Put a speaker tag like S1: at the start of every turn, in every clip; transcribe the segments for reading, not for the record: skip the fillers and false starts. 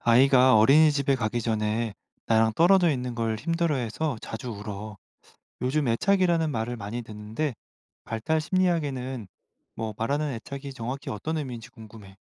S1: 아이가 어린이집에 가기 전에 나랑 떨어져 있는 걸 힘들어해서 자주 울어. 요즘 애착이라는 말을 많이 듣는데 발달 심리학에는 뭐 말하는 애착이 정확히 어떤 의미인지 궁금해.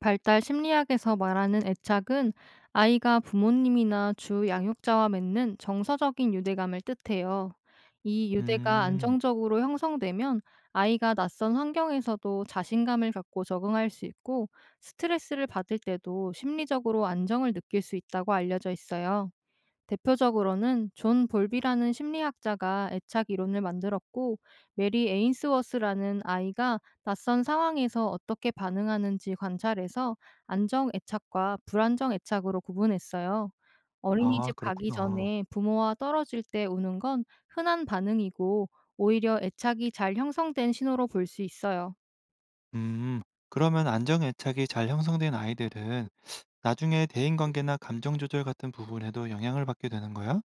S2: 발달 심리학에서 말하는 애착은 아이가 부모님이나 주 양육자와 맺는 정서적인 유대감을 뜻해요. 이 유대가
S1: 음,
S2: 안정적으로 형성되면 아이가 낯선 환경에서도 자신감을 갖고 적응할 수 있고 스트레스를 받을 때도 심리적으로 안정을 느낄 수 있다고 알려져 있어요. 대표적으로는 존 볼비라는 심리학자가 애착 이론을 만들었고 메리 에인스워스라는 아이가 낯선 상황에서 어떻게 반응하는지 관찰해서 안정 애착과 불안정 애착으로 구분했어요.
S1: 아,
S2: 어린이집 가기
S1: 그렇구나.
S2: 전에 부모와 떨어질 때 우는 건 흔한 반응이고, 오히려 애착이 잘 형성된 신호로 볼 수 있어요.
S1: 음, 그러면 안정 애착이 잘 형성된 아이들은 나중에 대인 관계나 감정 조절 같은 부분에도 영향을 받게 되는 거야?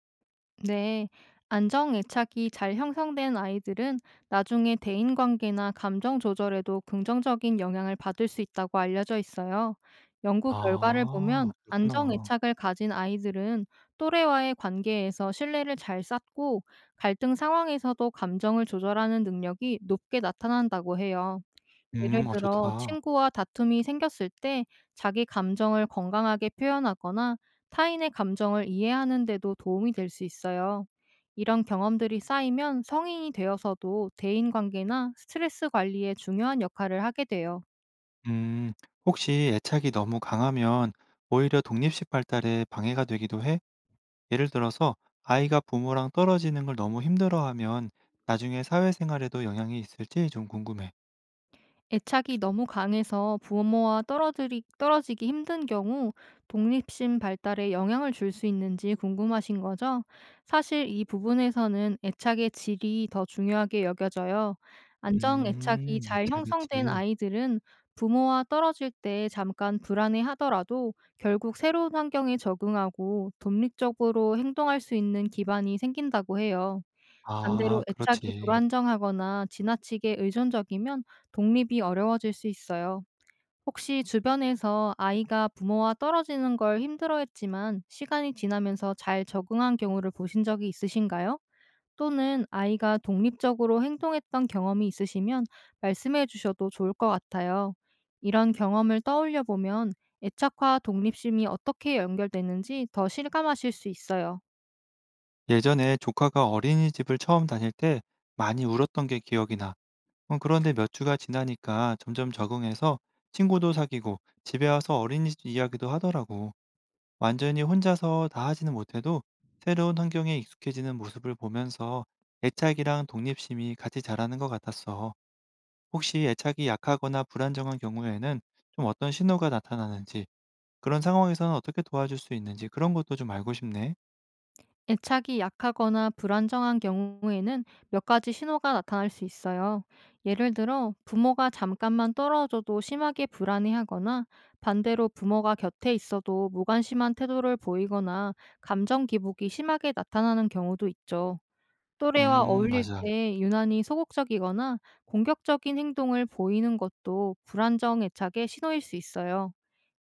S2: 네, 안정애착이 잘 형성된 아이들은 나중에 대인관계나 감정 조절에도 긍정적인 영향을 받을 수 있다고 알려져 있어요. 연구 결과를 보면
S1: 아, 그렇구나.
S2: 안정애착을 가진 아이들은 또래와의 관계에서 신뢰를 잘 쌓고, 갈등 상황에서도 감정을 조절하는 능력이 높게 나타난다고 해요. 예를 들어
S1: 좋다.
S2: 친구와 다툼이 생겼을 때 자기 감정을 건강하게 표현하거나 타인의 감정을 이해하는 데도 도움이 될 수 있어요. 이런 경험들이 쌓이면 성인이 되어서도 대인관계나 스트레스 관리에 중요한 역할을 하게 돼요.
S1: 음, 혹시 애착이 너무 강하면 오히려 독립식 발달에 방해가 되기도 해? 예를 들어서 아이가 부모랑 떨어지는 걸 너무 힘들어하면 나중에 사회생활에도 영향이 있을지 좀 궁금해.
S2: 애착이 너무 강해서 부모와 떨어지기 힘든 경우 독립심 발달에 영향을 줄 수 있는지 궁금하신 거죠? 사실 이 부분에서는 애착의 질이 더 중요하게 여겨져요. 안정 애착이 잘 형성된
S1: 애착이지.
S2: 아이들은 부모와 떨어질 때 잠깐 불안해 하더라도 결국 새로운 환경에 적응하고, 독립적으로 행동할 수 있는 기반이 생긴다고 해요. 반대로
S1: 아,
S2: 애착이
S1: 그렇지.
S2: 불안정하거나 지나치게 의존적이면 독립이 어려워질 수 있어요. 혹시 주변에서 아이가 부모와 떨어지는 걸 힘들어했지만 시간이 지나면서 잘 적응한 경우를 보신 적이 있으신가요? 또는 아이가 독립적으로 행동했던 경험이 있으시면 말씀해 주셔도 좋을 것 같아요. 이런 경험을 떠올려 보면 애착과 독립심이 어떻게 연결되는지 더 실감하실 수 있어요.
S1: 예전에 조카가 어린이집을 처음 다닐 때 많이 울었던 게 기억이 나. 그런데 몇 주가 지나니까 점점 적응해서 친구도 사귀고 집에 와서 어린이집 이야기도 하더라고. 완전히 혼자서 다 하지는 못해도 새로운 환경에 익숙해지는 모습을 보면서 애착이랑 독립심이 같이 자라는 것 같았어. 혹시 애착이 약하거나 불안정한 경우에는 좀 어떤 신호가 나타나는지, 그런 상황에서는 어떻게 도와줄 수 있는지 그런 것도 좀 알고 싶네.
S2: 애착이 약하거나 불안정한 경우에는 몇 가지 신호가 나타날 수 있어요. 예를 들어, 부모가 잠깐만 떨어져도 심하게 불안해하거나, 반대로 부모가 곁에 있어도 무관심한 태도를 보이거나, 감정 기복이 심하게 나타나는 경우도 있죠. 또래와 어울릴
S1: 맞아.
S2: 때 유난히 소극적이거나 공격적인 행동을 보이는 것도 불안정 애착의 신호일 수 있어요.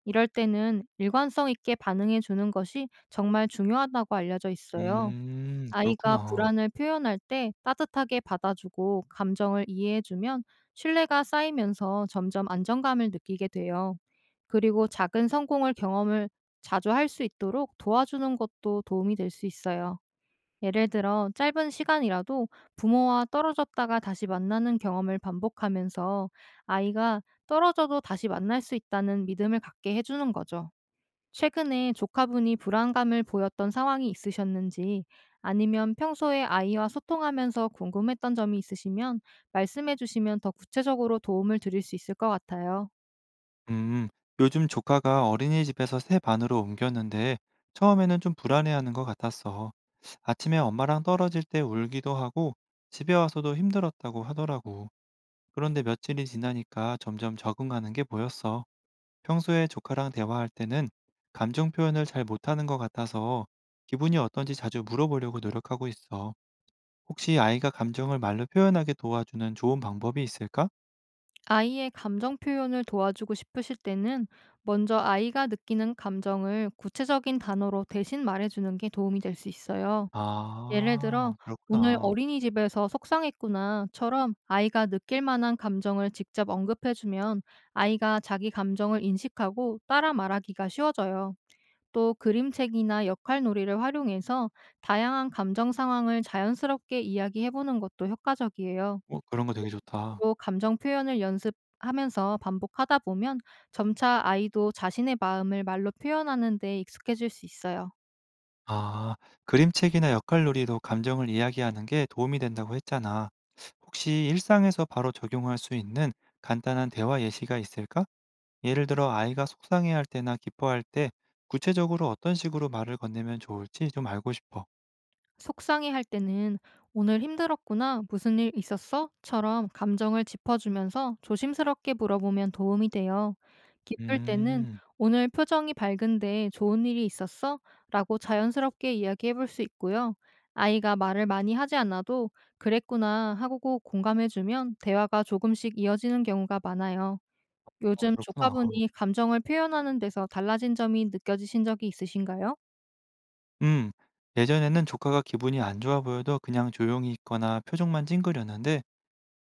S2: 이럴 때는 일관성 있게 반응해 주는 것이 정말 중요하다고 알려져 있어요. 아이가
S1: 그렇구나.
S2: 불안을 표현할 때 따뜻하게 받아주고 감정을 이해해주면 신뢰가 쌓이면서 점점 안정감을 느끼게 돼요. 그리고 작은 성공을 경험을 자주 할 수 있도록 도와주는 것도 도움이 될 수 있어요. 예를 들어, 짧은 시간이라도 부모와 떨어졌다가 다시 만나는 경험을 반복하면서 아이가 떨어져도 다시 만날 수 있다는 믿음을 갖게 해주는 거죠. 최근에 조카분이 불안감을 보였던 상황이 있으셨는지, 아니면 평소에 아이와 소통하면서 궁금했던 점이 있으시면 말씀해 주시면 더 구체적으로 도움을 드릴 수 있을 것 같아요.
S1: 음, 요즘 조카가 어린이집에서 새 반으로 옮겼는데 처음에는 좀 불안해하는 것 같았어. 아침에 엄마랑 떨어질 때 울기도 하고 집에 와서도 힘들었다고 하더라고. 그런데 며칠이 지나니까 점점 적응하는 게 보였어. 평소에 조카랑 대화할 때는 감정 표현을 잘 못하는 것 같아서 기분이 어떤지 자주 물어보려고 노력하고 있어. 혹시 아이가 감정을 말로 표현하게 도와주는 좋은 방법이 있을까?
S2: 아이의 감정 표현을 도와주고 싶으실 때는 먼저 아이가 느끼는 감정을 구체적인 단어로 대신 말해주는 게 도움이 될 수 있어요. 예를 들어
S1: 아,
S2: "오늘
S1: 그렇구나.
S2: 어린이집에서 속상했구나."처럼 아이가 느낄 만한 감정을 직접 언급해 주면 아이가 자기 감정을 인식하고 따라 말하기가 쉬워져요. 또 그림책이나 역할놀이를 활용해서 다양한 감정 상황을 자연스럽게 이야기해 보는 것도 효과적이에요.
S1: 그런 거 되게 좋다.
S2: 로 감정 표현을 연습하면서 반복하다 보면 점차 아이도 자신의 마음을 말로 표현하는 데 익숙해질 수 있어요.
S1: 아, 그림책이나 역할놀이로 감정을 이야기하는 게 도움이 된다고 했잖아. 혹시 일상에서 바로 적용할 수 있는 간단한 대화 예시가 있을까? 예를 들어 아이가 속상해할 때나 기뻐할 때 구체적으로 어떤 식으로 말을 건네면 좋을지 좀 알고 싶어.
S2: 속상해할 때는 "오늘 힘들었구나. 무슨 일 있었어?"처럼 감정을 짚어주면서 조심스럽게 물어보면 도움이 돼요. 기쁠 때는
S1: 음,
S2: "오늘 표정이 밝은데 좋은 일이 있었어?" 라고 자연스럽게 이야기해 볼 수 있고요. 아이가 말을 많이 하지 않아도 "그랬구나." 하고 공감해 주면 대화가 조금씩 이어지는 경우가 많아요. 요즘
S1: 그렇구나.
S2: 조카분이 감정을 표현하는 데서 달라진 점이 느껴지신 적이 있으신가요?
S1: 음, 예전에는 조카가 기분이 안 좋아 보여도 그냥 조용히 있거나 표정만 찡그렸는데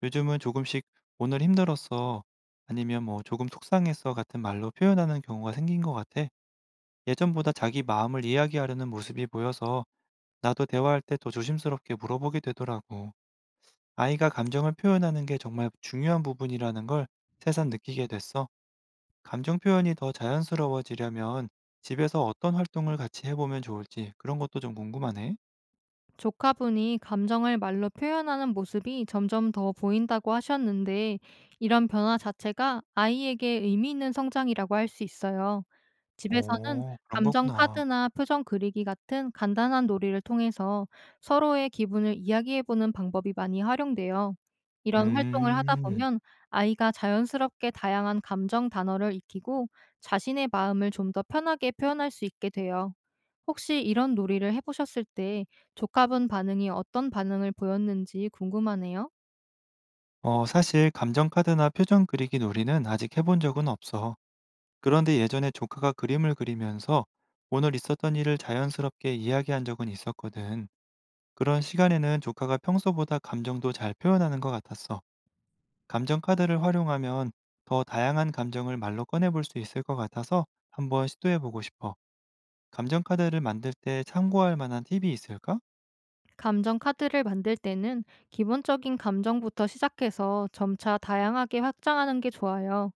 S1: 요즘은 조금씩 오늘 힘들었어. 아니면 뭐 조금 속상했어 같은 말로 표현하는 경우가 생긴 것 같아. 예전보다 자기 마음을 이야기하려는 모습이 보여서 나도 대화할 때 더 조심스럽게 물어보게 되더라고. 아이가 감정을 표현하는 게 정말 중요한 부분이라는 걸 새삼 느끼게 됐어. 감정 표현이 더 자연스러워지려면 집에서 어떤 활동을 같이 해보면 좋을지 그런 것도 좀 궁금하네.
S2: 조카분이 감정을 말로 표현하는 모습이 점점 더 보인다고 하셨는데, 이런 변화 자체가 아이에게 의미 있는 성장이라고 할 수 있어요. 집에서는
S1: 오, 그런
S2: 감정
S1: 거구나.
S2: 카드나 표정 그리기 같은 간단한 놀이를 통해서 서로의 기분을 이야기해보는 방법이 많이 활용돼요. 이런 활동을 하다
S1: 음,
S2: 보면 아이가 자연스럽게 다양한 감정 단어를 익히고 자신의 마음을 좀 더 편하게 표현할 수 있게 돼요. 혹시 이런 놀이를 해 보셨을 때 조카분 반응이 어떤 반응을 보였는지 궁금하네요.
S1: 사실 감정카드나 표정 그리기 놀이는 아직 해본 적은 없어. 그런데 예전에 조카가 그림을 그리면서 오늘 있었던 일을 자연스럽게 이야기한 적은 있었거든. 그런 시간에는 조카가 평소보다 감정도 잘 표현하는 것 같았어. 감정 카드를 활용하면 더 다양한 감정을 말로 꺼내볼 수 있을 것 같아서 한번 시도해보고 싶어. 감정 카드를 만들 때 참고할 만한 팁이 있을까?
S2: 감정 카드를 만들 때는 기본적인 감정부터 시작해서 점차 다양하게 확장하는 게 좋아요.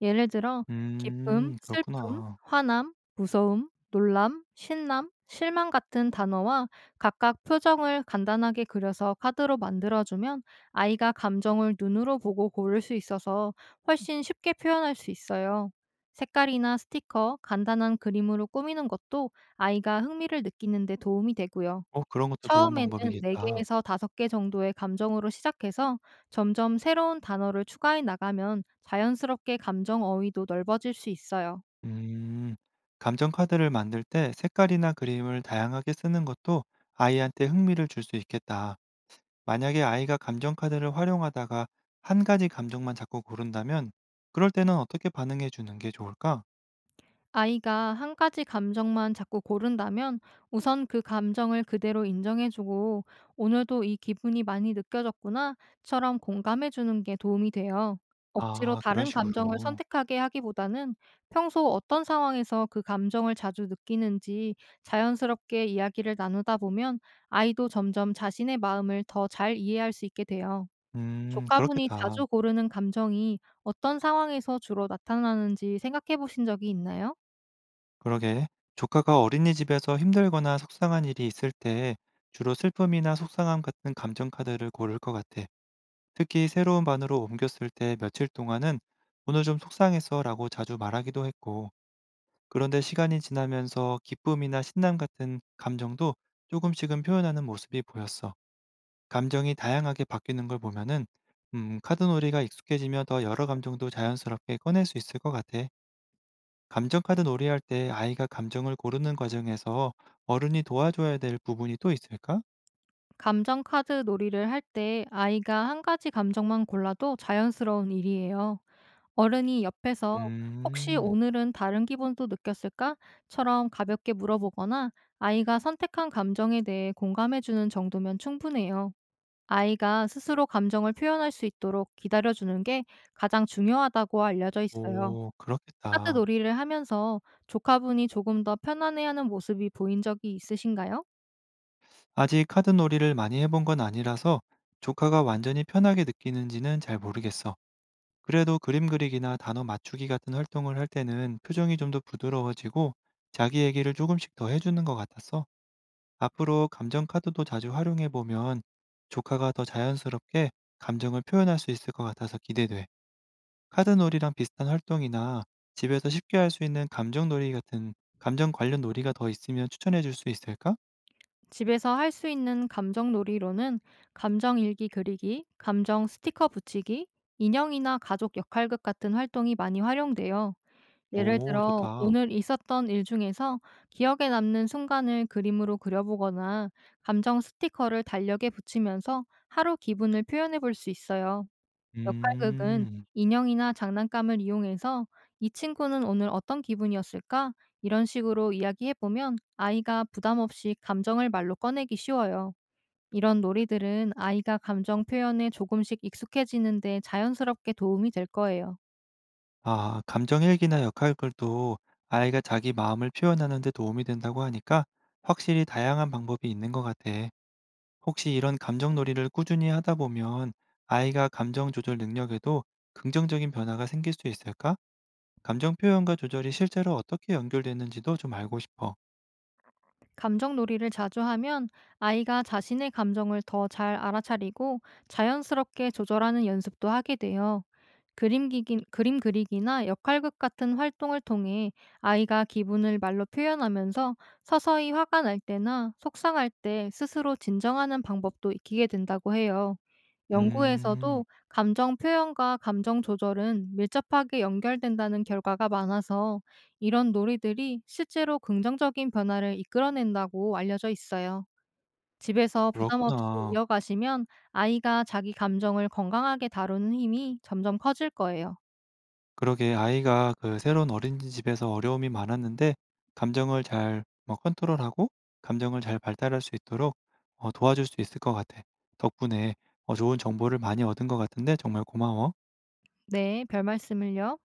S2: 예를 들어, 기쁨, 슬픔,
S1: 그렇구나.
S2: 화남, 무서움, 놀람, 신남, 실망 같은 단어와 각각 표정을 간단하게 그려서 카드로 만들어주면 아이가 감정을 눈으로 보고 고를 수 있어서 훨씬 쉽게 표현할 수 있어요. 색깔이나 스티커, 간단한 그림으로 꾸미는 것도 아이가 흥미를 느끼는데 도움이 되고요.
S1: 그런 것도 좋은
S2: 처음에는 네
S1: 방법이겠다.
S2: 개에서 5개 정도의 감정으로 시작해서 점점 새로운 단어를 추가해 나가면 자연스럽게 감정 어휘도 넓어질 수 있어요.
S1: 음, 감정 카드를 만들 때 색깔이나 그림을 다양하게 쓰는 것도 아이한테 흥미를 줄 수 있겠다. 만약에 아이가 감정카드를 활용하다가 한 가지 감정만 자꾸 고른다면 그럴 때는 어떻게 반응해 주는 게 좋을까?
S2: 아이가 한 가지 감정만 자꾸 고른다면 우선 그 감정을 그대로 인정해주고 오늘도 이 기분이 많이 느껴졌구나처럼 공감해주는 게 도움이 돼요. 억지로
S1: 아, 그런
S2: 다른 감정을
S1: 식으로.
S2: 선택하게 하기보다는 평소 어떤 상황에서 그 감정을 자주 느끼는지 자연스럽게 이야기를 나누다 보면 아이도 점점 자신의 마음을 더 잘 이해할 수 있게 돼요. 조카분이
S1: 그렇겠다.
S2: 자주 고르는 감정이 어떤 상황에서 주로 나타나는지 생각해 보신 적이 있나요?
S1: 그러게. 조카가 어린이집에서 힘들거나 속상한 일이 있을 때 주로 슬픔이나 속상함 같은 감정카드를 고를 것 같아. 특히 새로운 반으로 옮겼을 때 며칠 동안은 오늘 좀 속상했어 라고 자주 말하기도 했고, 그런데 시간이 지나면서 기쁨이나 신남 같은 감정도 조금씩은 표현하는 모습이 보였어. 감정이 다양하게 바뀌는 걸 보면은 카드놀이가 익숙해지면 더 여러 감정도 자연스럽게 꺼낼 수 있을 것 같아. 감정 카드 놀이할 때 아이가 감정을 고르는 과정에서 어른이 도와줘야 될 부분이 또 있을까?
S2: 감정 카드 놀이를 할 때 아이가 한 가지 감정만 골라도 자연스러운 일이에요. 어른이 옆에서 "혹시
S1: 음.
S2: 오늘은 다른 기분도 느꼈을까? 처럼 가볍게 물어보거나 아이가 선택한 감정에 대해 공감해주는 정도면 충분해요. 아이가 스스로 감정을 표현할 수 있도록 기다려주는 게 가장 중요하다고 알려져 있어요.
S1: 오,
S2: 카드
S1: 그렇겠다.
S2: 놀이를 하면서 조카분이 조금 더 편안해하는 모습이 보인 적이 있으신가요?
S1: 아직 카드 놀이를 많이 해본 건 아니라서 조카가 완전히 편하게 느끼는지는 잘 모르겠어. 그래도 그림 그리기나 단어 맞추기 같은 활동을 할 때는 표정이 좀 더 부드러워지고 자기 얘기를 조금씩 더 해주는 것 같았어. 앞으로 감정 카드도 자주 활용해 보면 조카가 더 자연스럽게 감정을 표현할 수 있을 것 같아서 기대돼. 카드놀이랑 비슷한 활동이나 집에서 쉽게 할 수 있는 감정놀이 같은 감정 관련 놀이가 더 있으면 추천해 줄 수 있을까?
S2: 집에서 할 수 있는 감정 놀이로는 감정 일기 그리기, 감정 스티커 붙이기, 인형이나 가족 역할극 같은 활동이 많이 활용돼요. 예를
S1: 오,
S2: 들어,
S1: 좋다.
S2: 오늘 있었던 일 중에서 기억에 남는 순간을 그림으로 그려보거나 감정 스티커를 달력에 붙이면서 하루 기분을 표현해 볼 수 있어요. 역할극은
S1: 음.
S2: 인형이나 장난감을 이용해서 "이 친구는 오늘 어떤 기분이었을까?" 이런 식으로 이야기해 보면 아이가 부담 없이 감정을 말로 꺼내기 쉬워요. 이런 놀이들은 아이가 감정 표현에 조금씩 익숙해지는 데 자연스럽게 도움이 될 거예요.
S1: 아, 감정 일기나 역할글도 아이가 자기 마음을 표현하는 데 도움이 된다고 하니까 확실히 다양한 방법이 있는 것 같아. 혹시 이런 감정놀이를 꾸준히 하다 보면 아이가 감정 조절 능력에도 긍정적인 변화가 생길 수 있을까? 감정 표현과 조절이 실제로 어떻게 연결되는지도 좀 알고 싶어.
S2: 감정놀이를 자주 하면 아이가 자신의 감정을 더 잘 알아차리고 자연스럽게 조절하는 연습도 하게 돼요. 그림 그리기나 역할극 같은 활동을 통해 아이가 기분을 말로 표현하면서 서서히 화가 날 때나 속상할 때 스스로 진정하는 방법도 익히게 된다고 해요.
S1: 음,
S2: 연구에서도 감정 표현과 감정 조절은 밀접하게 연결된다는 결과가 많아서 이런 놀이들이 실제로 긍정적인 변화를 이끌어낸다고 알려져 있어요. 집에서 부담 없이
S1: 그렇구나.
S2: 이어가시면 아이가 자기 감정을 건강하게 다루는 힘이 점점 커질 거예요.
S1: 그러게 아이가 그 새로운 어린이집에서 어려움이 많았는데 감정을 잘 뭐 컨트롤하고 감정을 잘 발달할 수 있도록 도와줄 수 있을 것 같아. 덕분에 좋은 정보를 많이 얻은 것 같은데 정말 고마워.
S2: 네, 별 말씀을요.